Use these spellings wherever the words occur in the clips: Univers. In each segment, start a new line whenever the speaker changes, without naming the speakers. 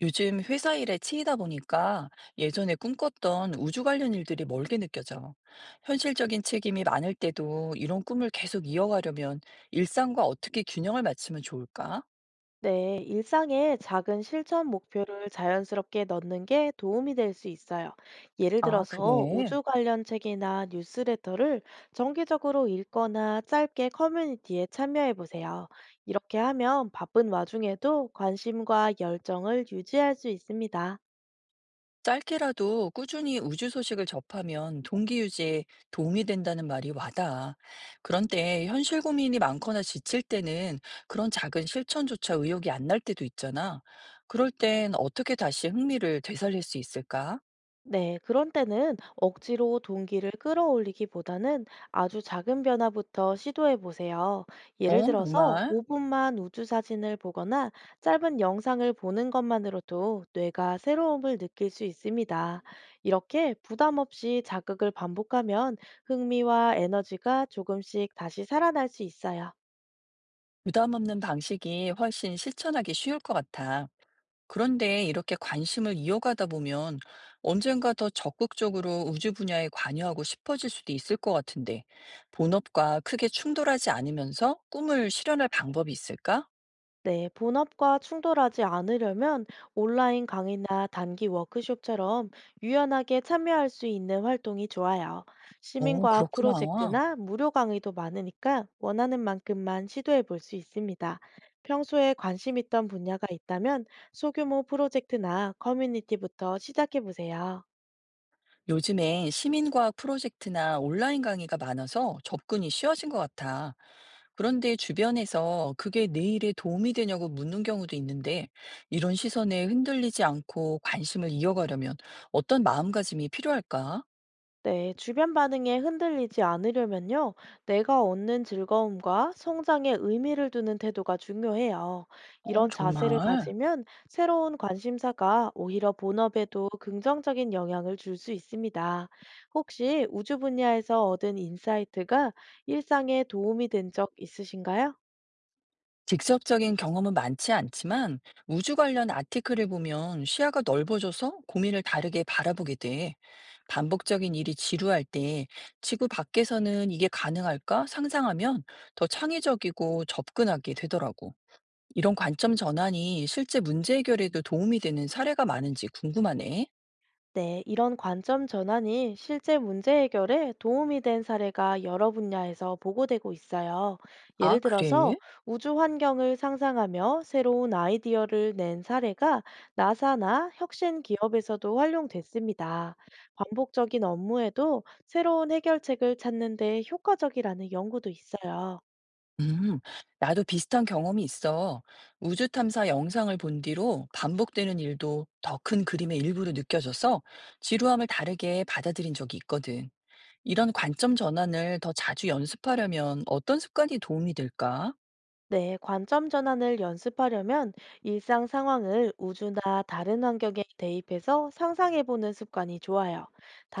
요즘 회사 일에 치이다 보니까 예전에 꿈꿨던 우주 관련 일들이 멀게 느껴져. 현실적인 책임이 많을 때도 이런 꿈을 계속 이어가려면 일상과 어떻게 균형을 맞추면 좋을까?
네, 일상에 작은 실천 목표를 자연스럽게 넣는 게 도움이 될 수 있어요. 예를
아,
들어서
그래.
우주 관련 책이나 뉴스레터를 정기적으로 읽거나 짧게 커뮤니티에 참여해 보세요. 이렇게 하면 바쁜 와중에도 관심과 열정을 유지할 수 있습니다.
짧게라도 꾸준히 우주 소식을 접하면 동기 유지에 도움이 된다는 말이 와닿아. 그런데 현실 고민이 많거나 지칠 때는 그런 작은 실천조차 의욕이 안 날 때도 있잖아. 그럴 땐 어떻게 다시 흥미를 되살릴 수 있을까?
네, 그런 때는 억지로 동기를 끌어올리기보다는 아주 작은 변화부터 시도해 보세요. 예를
어,
들어서
정말?
5분만 우주 사진을 보거나 짧은 영상을 보는 것만으로도 뇌가 새로움을 느낄 수 있습니다. 이렇게 부담 없이 자극을 반복하면 흥미와 에너지가 조금씩 다시 살아날 수 있어요.
부담 없는 방식이 훨씬 실천하기 쉬울 것 같아. 그런데 이렇게 관심을 이어가다 보면 언젠가 더 적극적으로 우주 분야에 관여하고 싶어질 수도 있을 것 같은데, 본업과 크게 충돌하지 않으면서 꿈을 실현할 방법이 있을까?
네, 본업과 충돌하지 않으려면 온라인 강의나 단기 워크숍처럼 유연하게 참여할 수 있는 활동이 좋아요.
어,
시민과학
그렇구나.
프로젝트나 무료 강의도 많으니까 원하는 만큼만 시도해 볼 수 있습니다. 평소에 관심 있던 분야가 있다면 소규모 프로젝트나 커뮤니티부터 시작해 보세요.
요즘엔 시민과학 프로젝트나 온라인 강의가 많아서 접근이 쉬워진 것 같아. 그런데 주변에서 그게 내 일에 도움이 되냐고 묻는 경우도 있는데, 이런 시선에 흔들리지 않고 관심을 이어가려면 어떤 마음가짐이 필요할까?
네, 주변 반응에 흔들리지 않으려면요, 내가 얻는 즐거움과 성장에 의미를 두는 태도가 중요해요.
어,
이런 자세를
정말.
가지면 새로운 관심사가 오히려 본업에도 긍정적인 영향을 줄 수 있습니다. 혹시 우주 분야에서 얻은 인사이트가 일상에 도움이 된 적 있으신가요?
직접적인 경험은 많지 않지만 우주 관련 아티클을 보면 시야가 넓어져서 고민을 다르게 바라보게 돼. 반복적인 일이 지루할 때 지구 밖에서는 이게 가능할까 상상하면 더 창의적이고 접근하게 되더라고. 이런 관점 전환이 실제 문제 해결에도 도움이 되는 사례가 많은지 궁금하네.
네, 이런 관점 전환이 실제 문제 해결에 도움이 된 사례가 여러 분야에서 보고되고 있어요. 예를
아,
들어서
그래?
우주 환경을 상상하며 새로운 아이디어를 낸 사례가 나사나 혁신 기업에서도 활용됐습니다. 반복적인 업무에도 새로운 해결책을 찾는 데 효과적이라는 연구도 있어요.
음, 나도 비슷한 경험이 있어. 우주 탐사 영상을 본 뒤로 반복되는 일도 더 큰 그림의 일부로 느껴져서 지루함을 다르게 받아들인 적이 있거든. 이런 관점 전환을 더 자주 연습하려면 어떤 습관이 도움이 될까?
네, 관점 전환을 연습하려면 일상 상황을 우주나 다른 환경에 대입해서 상상해보는 습관이 좋아요.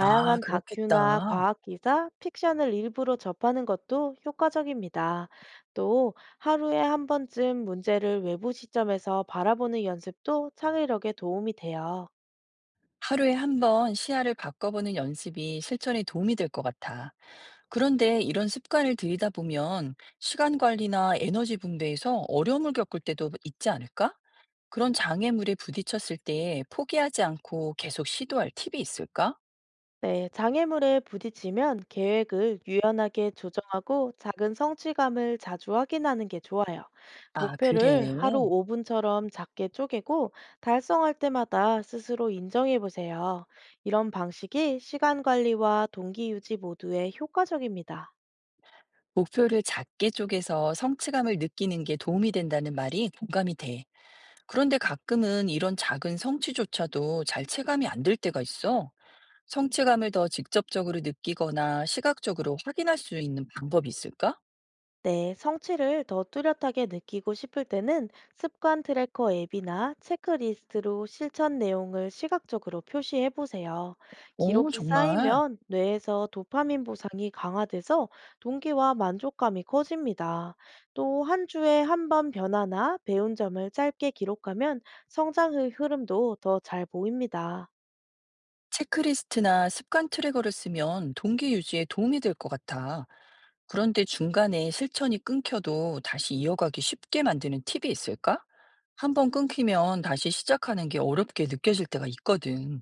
아,
다큐나
그렇겠다.
과학 기사, 픽션을 일부러 접하는 것도 효과적입니다. 또 하루에 한 번쯤 문제를 외부 시점에서 바라보는 연습도 창의력에 도움이 돼요.
하루에 한 번 시야를 바꿔보는 연습이 실천에 도움이 될 것 같아. 그런데 이런 습관을 들이다 보면 시간 관리나 에너지 분배에서 어려움을 겪을 때도 있지 않을까? 그런 장애물에 부딪혔을 때 포기하지 않고 계속 시도할 팁이 있을까?
네, 장애물에 부딪히면 계획을 유연하게 조정하고 작은 성취감을 자주 확인하는 게 좋아요.
아, 그래.
목표를 하루 5분처럼 작게 쪼개고 달성할 때마다 스스로 인정해 보세요. 이런 방식이 시간 관리와 동기 유지 모두에 효과적입니다.
목표를 작게 쪼개서 성취감을 느끼는 게 도움이 된다는 말이 공감이 돼. 그런데 가끔은 이런 작은 성취조차도 잘 체감이 안 될 때가 있어. 성취감을 더 직접적으로 느끼거나 시각적으로 확인할 수 있는 방법이 있을까?
네, 성취를 더 뚜렷하게 느끼고 싶을 때는 습관 트래커 앱이나 체크리스트로 실천 내용을 시각적으로 표시해 보세요.
어,
기록이
정말.
쌓이면 뇌에서 도파민 보상이 강화돼서 동기와 만족감이 커집니다. 또 한 주에 한 번 변화나 배운 점을 짧게 기록하면 성장 의 흐름도 더 잘 보입니다.
체크리스트나 습관 트래커를 쓰면 동기 유지에 도움이 될 것 같아. 그런데 중간에 실천이 끊겨도 다시 이어가기 쉽게 만드는 팁이 있을까? 한번 끊기면 다시 시작하는 게 어렵게 느껴질 때가 있거든.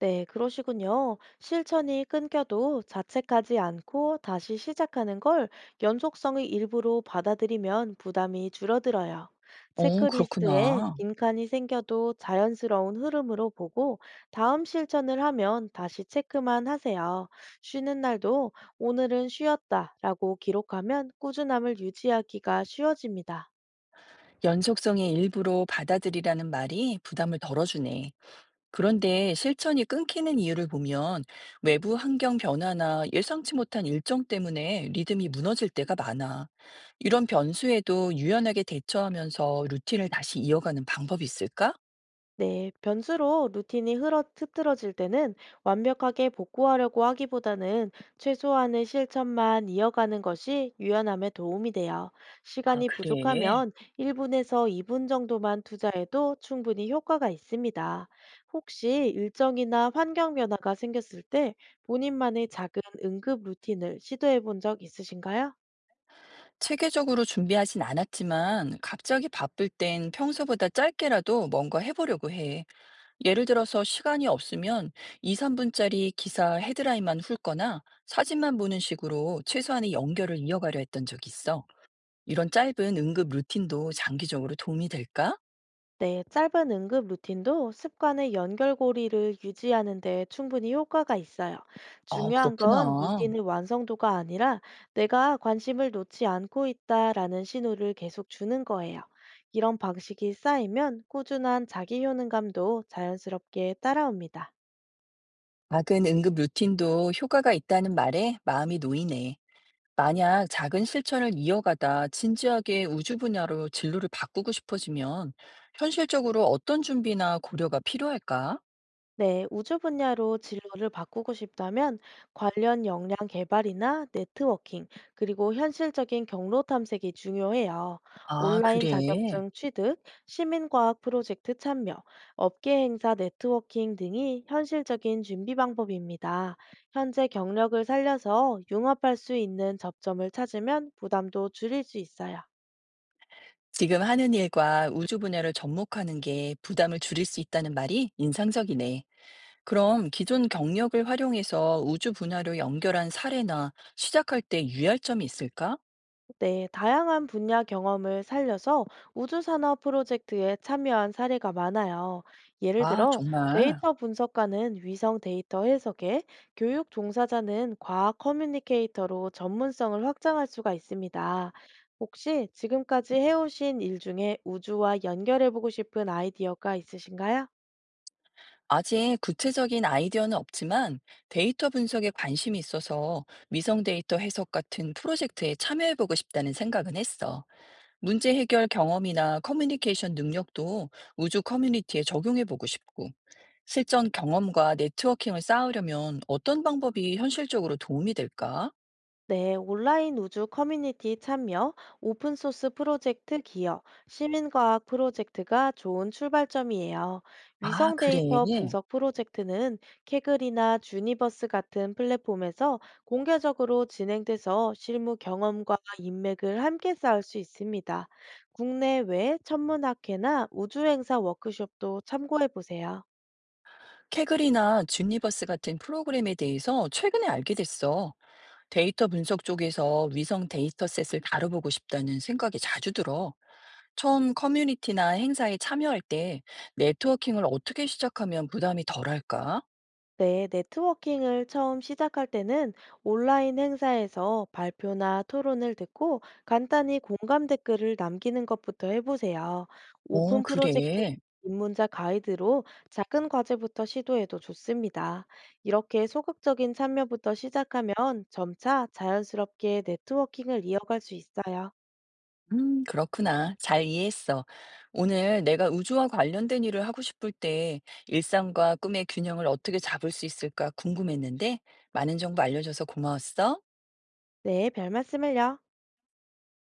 네, 그러시군요. 실천이 끊겨도 자책하지 않고 다시 시작하는 걸 연속성의 일부로 받아들이면 부담이 줄어들어요.
어,
체크리스트에
그렇구나.
빈칸이 생겨도 자연스러운 흐름으로 보고 다음 실천을 하면 다시 체크만 하세요. 쉬는 날도 오늘은 쉬었다라고 기록하면 꾸준함을 유지하기가 쉬워집니다.
연속성의 일부로 받아들이라는 말이 부담을 덜어주네. 그런데 실천이 끊기는 이유를 보면 외부 환경 변화나 예상치 못한 일정 때문에 리듬이 무너질 때가 많아. 이런 변수에도 유연하게 대처하면서 루틴을 다시 이어가는 방법이 있을까?
네, 변수로 루틴이 흐러 흐트러질 때는 완벽하게 복구하려고 하기보다는 최소한의 실천만 이어가는 것이 유연함에 도움이 돼요.
아,
시간이
그래.
부족하면 1분에서 2분 정도만 투자해도 충분히 효과가 있습니다. 혹시 일정이나 환경 변화가 생겼을 때 본인만의 작은 응급 루틴을 시도해 본 적 있으신가요?
체계적으로 준비하진 않았지만 갑자기 바쁠 땐 평소보다 짧게라도 뭔가 해보려고 해. 예를 들어서 시간이 없으면 2, 3분짜리 기사 헤드라인만 훑거나 사진만 보는 식으로 최소한의 연결을 이어가려 했던 적이 있어. 이런 짧은 응급 루틴도 장기적으로 도움이 될까?
네, 짧은 응급 루틴도 습관의 연결고리를 유지하는 데 충분히 효과가 있어요.
아,
중요한 건
그렇구나.
루틴의 완성도가 아니라 내가 관심을 놓지 않고 있다라는 신호를 계속 주는 거예요. 이런 방식이 쌓이면 꾸준한 자기 효능감도 자연스럽게 따라옵니다.
작은 응급 루틴도 효과가 있다는 말에 마음이 놓이네. 만약 작은 실천을 이어가다 진지하게 우주 분야로 진로를 바꾸고 싶어지면 현실적으로 어떤 준비나 고려가 필요할까?
네, 우주 분야로 진로를 바꾸고 싶다면 관련 역량 개발이나 네트워킹, 그리고 현실적인 경로 탐색이 중요해요.
아,
온라인
그래.
자격증 취득, 시민과학 프로젝트 참여, 업계 행사 네트워킹 등이 현실적인 준비 방법입니다. 현재 경력을 살려서 융합할 수 있는 접점을 찾으면 부담도 줄일 수 있어요.
지금 하는 일과 우주 분야를 접목하는 게 부담을 줄일 수 있다는 말이 인상적이네. 그럼 기존 경력을 활용해서 우주 분야로 연결한 사례나 시작할 때 유의할 점이 있을까?
네, 다양한 분야 경험을 살려서 우주산업 프로젝트에 참여한 사례가 많아요. 예를
아,
들어,
정말.
데이터 분석가는 위성 데이터 해석에, 교육 종사자는 과학 커뮤니케이터로 전문성을 확장할 수가 있습니다. 혹시 지금까지 해오신 일 중에 우주와 연결해보고 싶은 아이디어가 있으신가요?
아직 구체적인 아이디어는 없지만 데이터 분석에 관심이 있어서 위성 데이터 해석 같은 프로젝트에 참여해보고 싶다는 생각은 했어. 문제 해결 경험이나 커뮤니케이션 능력도 우주 커뮤니티에 적용해보고 싶고, 실전 경험과 네트워킹을 쌓으려면 어떤 방법이 현실적으로 도움이 될까?
네, 온라인 우주 커뮤니티 참여, 오픈소스 프로젝트 기여, 시민과학 프로젝트가 좋은 출발점이에요.
아,
위성
그래.
데이터 분석 프로젝트는 케글이나 주니버스 같은 플랫폼에서 공개적으로 진행돼서 실무 경험과 인맥을 함께 쌓을 수 있습니다. 국내외 천문학회나 우주행사 워크숍도 참고해 보세요.
캐글이나 주니버스 같은 프로그램에 대해서 최근에 알게 됐어. 데이터 분석 쪽에서 위성 데이터셋을 다뤄보고 싶다는 생각이 자주 들어. 처음 커뮤니티나 행사에 참여할 때 네트워킹을 어떻게 시작하면 부담이 덜할까?
네, 네트워킹을 처음 시작할 때는 온라인 행사에서 발표나 토론을 듣고 간단히 공감 댓글을 남기는 것부터 해보세요.
어,
오픈 프로젝트
그래.
입문자 가이드로 작은 과제부터 시도해도 좋습니다. 이렇게 소극적인 참여부터 시작하면 점차 자연스럽게 네트워킹을 이어갈 수 있어요.
그렇구나. 잘 이해했어. 오늘 내가 우주와 관련된 일을 하고 싶을 때 일상과 꿈의 균형을 어떻게 잡을 수 있을까 궁금했는데 많은 정보 알려줘서 고마웠어.
네, 별 말씀을요.